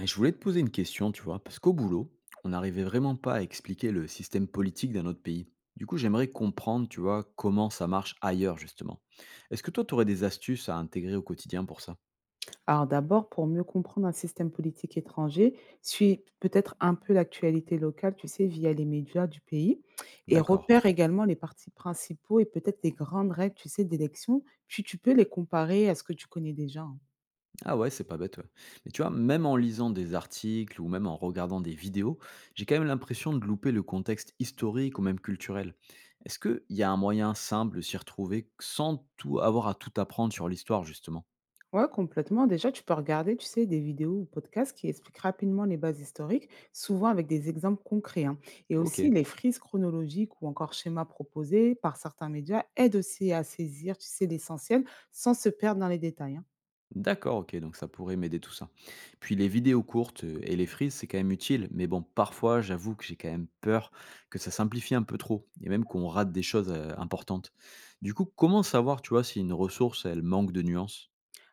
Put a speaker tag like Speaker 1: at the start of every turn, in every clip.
Speaker 1: Et je voulais te poser une question, tu vois, parce qu'au boulot, on n'arrivait vraiment pas à expliquer le système politique d'un autre pays. Du coup, j'aimerais comprendre, tu vois, comment ça marche ailleurs, justement. Est-ce que toi, tu aurais des astuces à intégrer au quotidien pour ça?
Speaker 2: Alors d'abord, pour mieux comprendre un système politique étranger, suis peut-être un peu l'actualité locale, tu sais, via les médias du pays et
Speaker 1: D'accord.
Speaker 2: repère également les partis principaux et peut-être les grandes règles, tu sais, d'élection, puis tu peux les comparer à ce que tu connais déjà, hein.
Speaker 1: Ah ouais, c'est pas bête. Ouais. Mais tu vois, même en lisant des articles ou même en regardant des vidéos, j'ai quand même l'impression de louper le contexte historique ou même culturel. Est-ce qu'il y a un moyen simple de s'y retrouver sans tout avoir à tout apprendre sur l'histoire, justement?
Speaker 2: Ouais, complètement. Déjà, tu peux regarder, tu sais, des vidéos ou podcasts qui expliquent rapidement les bases historiques, souvent avec des exemples concrets, hein. Et
Speaker 1: Ok.
Speaker 2: aussi, les frises chronologiques ou encore schémas proposés par certains médias aident aussi à saisir, tu sais, l'essentiel sans se perdre dans les détails, hein.
Speaker 1: D'accord, OK, donc ça pourrait m'aider tout ça. Puis les vidéos courtes et les frises, c'est quand même utile, mais bon, parfois, j'avoue que j'ai quand même peur que ça simplifie un peu trop et même qu'on rate des choses, importantes. Du coup, comment savoir, tu vois, si une ressource, elle manque de nuances?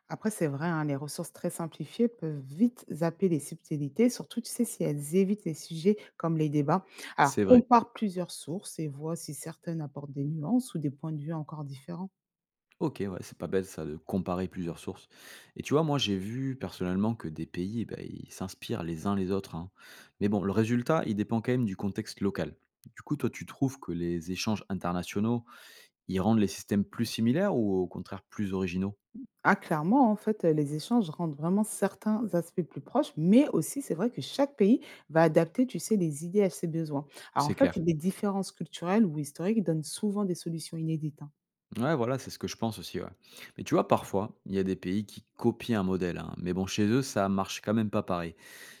Speaker 2: Après, c'est vrai, hein, les ressources très simplifiées peuvent vite zapper les subtilités, surtout, tu sais, si elles évitent les sujets comme les débats. Alors,
Speaker 1: C'est vrai.
Speaker 2: compare plusieurs sources et vois si certaines apportent des nuances ou des points de vue encore différents.
Speaker 1: OK, ouais, c'est pas bête ça de comparer plusieurs sources. Et tu vois, moi, j'ai vu personnellement que des pays, bah, ils s'inspirent les uns les autres, hein. Mais bon, le résultat, il dépend quand même du contexte local. Du coup, toi, tu trouves que les échanges internationaux, ils rendent les systèmes plus similaires ou au contraire plus originaux?
Speaker 2: Ah, clairement, en fait, les échanges rendent vraiment certains aspects plus proches, mais aussi, c'est vrai que chaque pays va adapter, tu sais, les idées à ses besoins. Alors, en
Speaker 1: C'est
Speaker 2: fait,
Speaker 1: clair.
Speaker 2: les différences culturelles ou historiques donnent souvent des solutions inédites, hein.
Speaker 1: Ouais, voilà, c'est ce que je pense aussi, ouais. Mais tu vois, parfois, il y a des pays qui copient un modèle, hein, mais bon, chez eux, ça marche quand même pas pareil.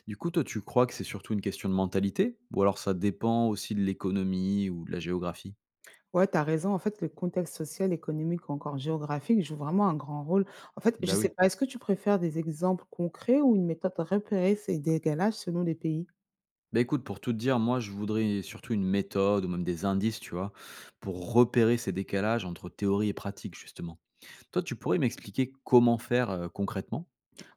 Speaker 1: Du coup, toi, tu crois que c'est surtout une question de mentalité? Ou alors ça dépend aussi de l'économie ou de la géographie?
Speaker 2: Ouais, tu as raison. En fait, le contexte social, économique ou encore géographique joue vraiment un grand rôle. En fait, je
Speaker 1: Ben
Speaker 2: sais
Speaker 1: oui.
Speaker 2: pas, est-ce que tu préfères des exemples concrets ou une méthode de repérer ces décalages selon les pays?
Speaker 1: Bah écoute, pour tout te dire, moi, je voudrais surtout une méthode ou même des indices, tu vois, pour repérer ces décalages entre théorie et pratique, justement. Toi, tu pourrais m'expliquer comment faire, concrètement?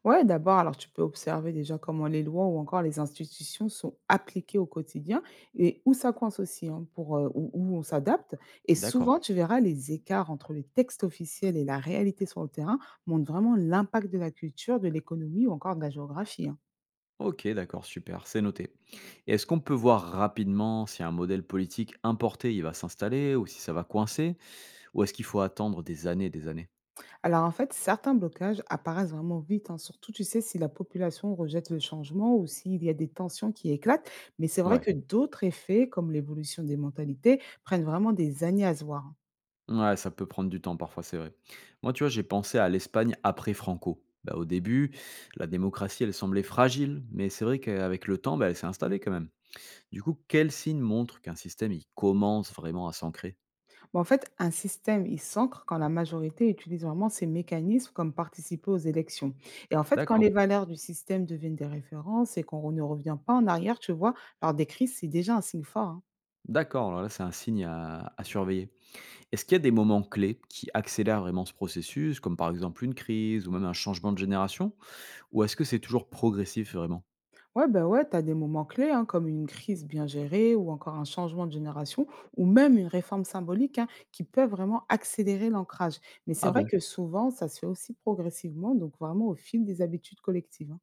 Speaker 2: Ouais, d'abord, alors tu peux observer déjà comment les lois ou encore les institutions sont appliquées au quotidien et où ça coince aussi, hein, pour, où, où on s'adapte. Et souvent,
Speaker 1: D'accord.
Speaker 2: tu verras les écarts entre les textes officiels et la réalité sur le terrain montrent vraiment l'impact de la culture, de l'économie ou encore de la géographie, hein.
Speaker 1: OK, d'accord, super, c'est noté. Et est-ce qu'on peut voir rapidement si un modèle politique importé, il va s'installer ou si ça va coincer? Ou est-ce qu'il faut attendre des années et des années?
Speaker 2: Alors en fait, certains blocages apparaissent vraiment vite, hein, surtout tu sais si la population rejette le changement ou s'il y a des tensions qui éclatent, mais c'est vrai
Speaker 1: Ouais,
Speaker 2: que d'autres effets comme l'évolution des mentalités prennent vraiment des années à se voir, hein.
Speaker 1: ouais, ça peut prendre du temps parfois, c'est vrai. Moi, tu vois, j'ai pensé à l'Espagne après Franco. Bah, au début, la démocratie, elle semblait fragile, mais c'est vrai qu'avec le temps, bah, elle s'est installée quand même. Du coup, quel signe montre qu'un système, il commence vraiment à s'ancrer?
Speaker 2: Mais en fait, un système, il s'ancre quand la majorité utilise vraiment ces mécanismes comme participer aux élections. Et en fait, quand les
Speaker 1: D'accord,
Speaker 2: valeurs du système deviennent des références et qu'on ne revient pas en arrière, tu vois, alors des crises, c'est déjà un signe fort, hein.
Speaker 1: d'accord, alors là, c'est un signe à surveiller. Est-ce qu'il y a des moments clés qui accélèrent vraiment ce processus, comme par exemple une crise ou même un changement de génération? Ou est-ce que c'est toujours progressif vraiment?
Speaker 2: Ouais, bah, ouais, tu as des moments clés, hein, comme une crise bien gérée ou encore un changement de génération ou même une réforme symbolique, hein, qui peut vraiment accélérer l'ancrage. Mais c'est
Speaker 1: Ah
Speaker 2: vrai
Speaker 1: bon?
Speaker 2: que souvent, ça se fait aussi progressivement, donc vraiment au fil des habitudes collectives, hein.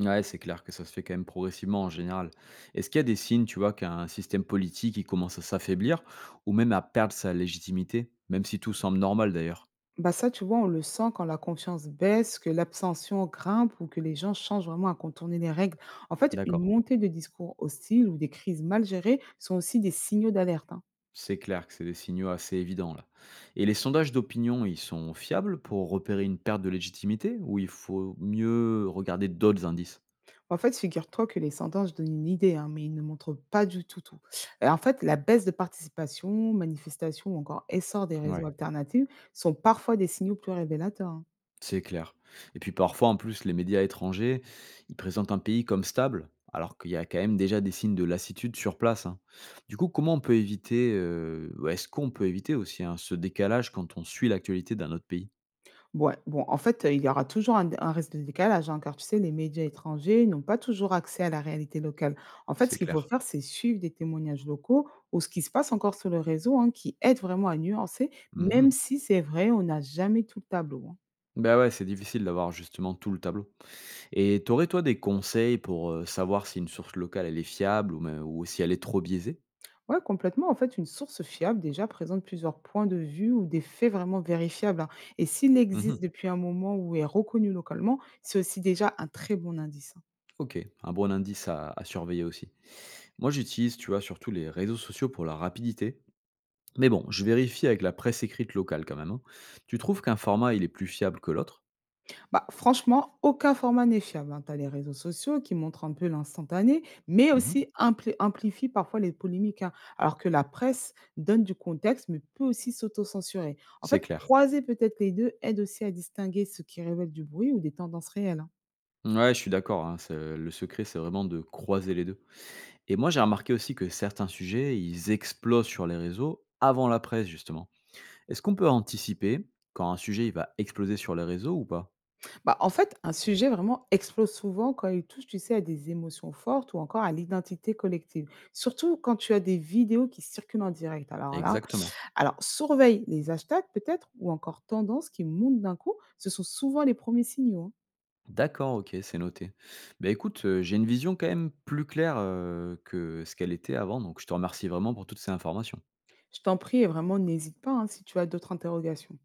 Speaker 1: Ouais, c'est clair que ça se fait quand même progressivement en général. Est-ce qu'il y a des signes, tu vois, qu'un système politique il commence à s'affaiblir ou même à perdre sa légitimité, même si tout semble normal d'ailleurs?
Speaker 2: Bah ça, tu vois, on le sent quand la confiance baisse, que l'abstention grimpe ou que les gens changent vraiment à contourner les règles. En fait, une
Speaker 1: D'accord.
Speaker 2: montée de discours hostiles ou des crises mal gérées sont aussi des signaux d'alerte, hein.
Speaker 1: C'est clair que c'est des signaux assez évidents là. Et les sondages d'opinion, ils sont fiables pour repérer une perte de légitimité ou il faut mieux regarder d'autres indices?
Speaker 2: En fait, figure-toi que les sondages donnent une idée, hein, mais ils ne montrent pas du tout tout. Et en fait, la baisse de participation, manifestation ou encore essor des réseaux
Speaker 1: Ouais.
Speaker 2: alternatifs sont parfois des signaux plus révélateurs, hein.
Speaker 1: C'est clair. Et puis parfois, en plus, les médias étrangers, ils présentent un pays comme stable, alors qu'il y a quand même déjà des signes de lassitude sur place, hein. Du coup, comment on peut éviter, ou est-ce qu'on peut éviter aussi, hein, ce décalage quand on suit l'actualité d'un autre pays?
Speaker 2: Ouais, bon, en fait, il y aura toujours un risque de décalage, hein, car tu sais, les médias étrangers n'ont pas toujours accès à la réalité locale. En fait,
Speaker 1: C'est
Speaker 2: ce qu'il faut
Speaker 1: clair.
Speaker 2: faire, c'est suivre des témoignages locaux ou ce qui se passe encore sur le réseau, hein, qui aide vraiment à nuancer,
Speaker 1: Mmh mh.
Speaker 2: même si c'est vrai, on n'a jamais tout le tableau, hein.
Speaker 1: Bah, ouais, c'est difficile d'avoir justement tout le tableau. Et tu aurais, toi, des conseils pour, savoir si une source locale, elle est fiable ou me ou si elle est trop biaisée?
Speaker 2: Ouais, complètement. En fait, une source fiable déjà présente plusieurs points de vue ou des faits vraiment vérifiables, hein. Et s'il
Speaker 1: Mmh.
Speaker 2: existe depuis un moment ou est reconnu localement, c'est aussi déjà un très bon indice, hein.
Speaker 1: OK, un bon indice à surveiller aussi. Moi, j'utilise, tu vois, surtout les réseaux sociaux pour la rapidité. Mais bon, je vérifie avec la presse écrite locale quand même, hein. Tu trouves qu'un format, il est plus fiable que l'autre?
Speaker 2: Bah, franchement, aucun format n'est fiable, hein. Tu as les réseaux sociaux qui montrent un peu l'instantané, mais
Speaker 1: Mhm.
Speaker 2: aussi amplifient parfois les polémiques, hein. Alors que la presse donne du contexte, mais peut aussi s'autocensurer. En
Speaker 1: C'est
Speaker 2: fait,
Speaker 1: clair.
Speaker 2: croiser peut-être les deux aide aussi à distinguer ce qui révèle du bruit ou des tendances réelles, hein.
Speaker 1: Ouais, je suis d'accord, hein, le secret, c'est vraiment de croiser les deux. Et moi, j'ai remarqué aussi que certains sujets, ils explosent sur les réseaux avant la presse, justement. Est-ce qu'on peut anticiper quand un sujet, il va exploser sur les réseaux ou pas?
Speaker 2: Bah, en fait, un sujet vraiment explose souvent quand il touche, tu sais, à des émotions fortes ou encore à l'identité collective. Surtout quand tu as des vidéos qui circulent en direct. Alors là,
Speaker 1: Exactement.
Speaker 2: alors surveille les hashtags peut-être ou encore tendances qui montent d'un coup. Ce sont souvent les premiers signaux, hein.
Speaker 1: D'accord, ok, c'est noté. Bah écoute, j'ai une vision quand même plus claire que ce qu'elle était avant, donc je te remercie vraiment pour toutes ces informations.
Speaker 2: Je t'en prie et vraiment n'hésite pas, hein, si tu as d'autres interrogations.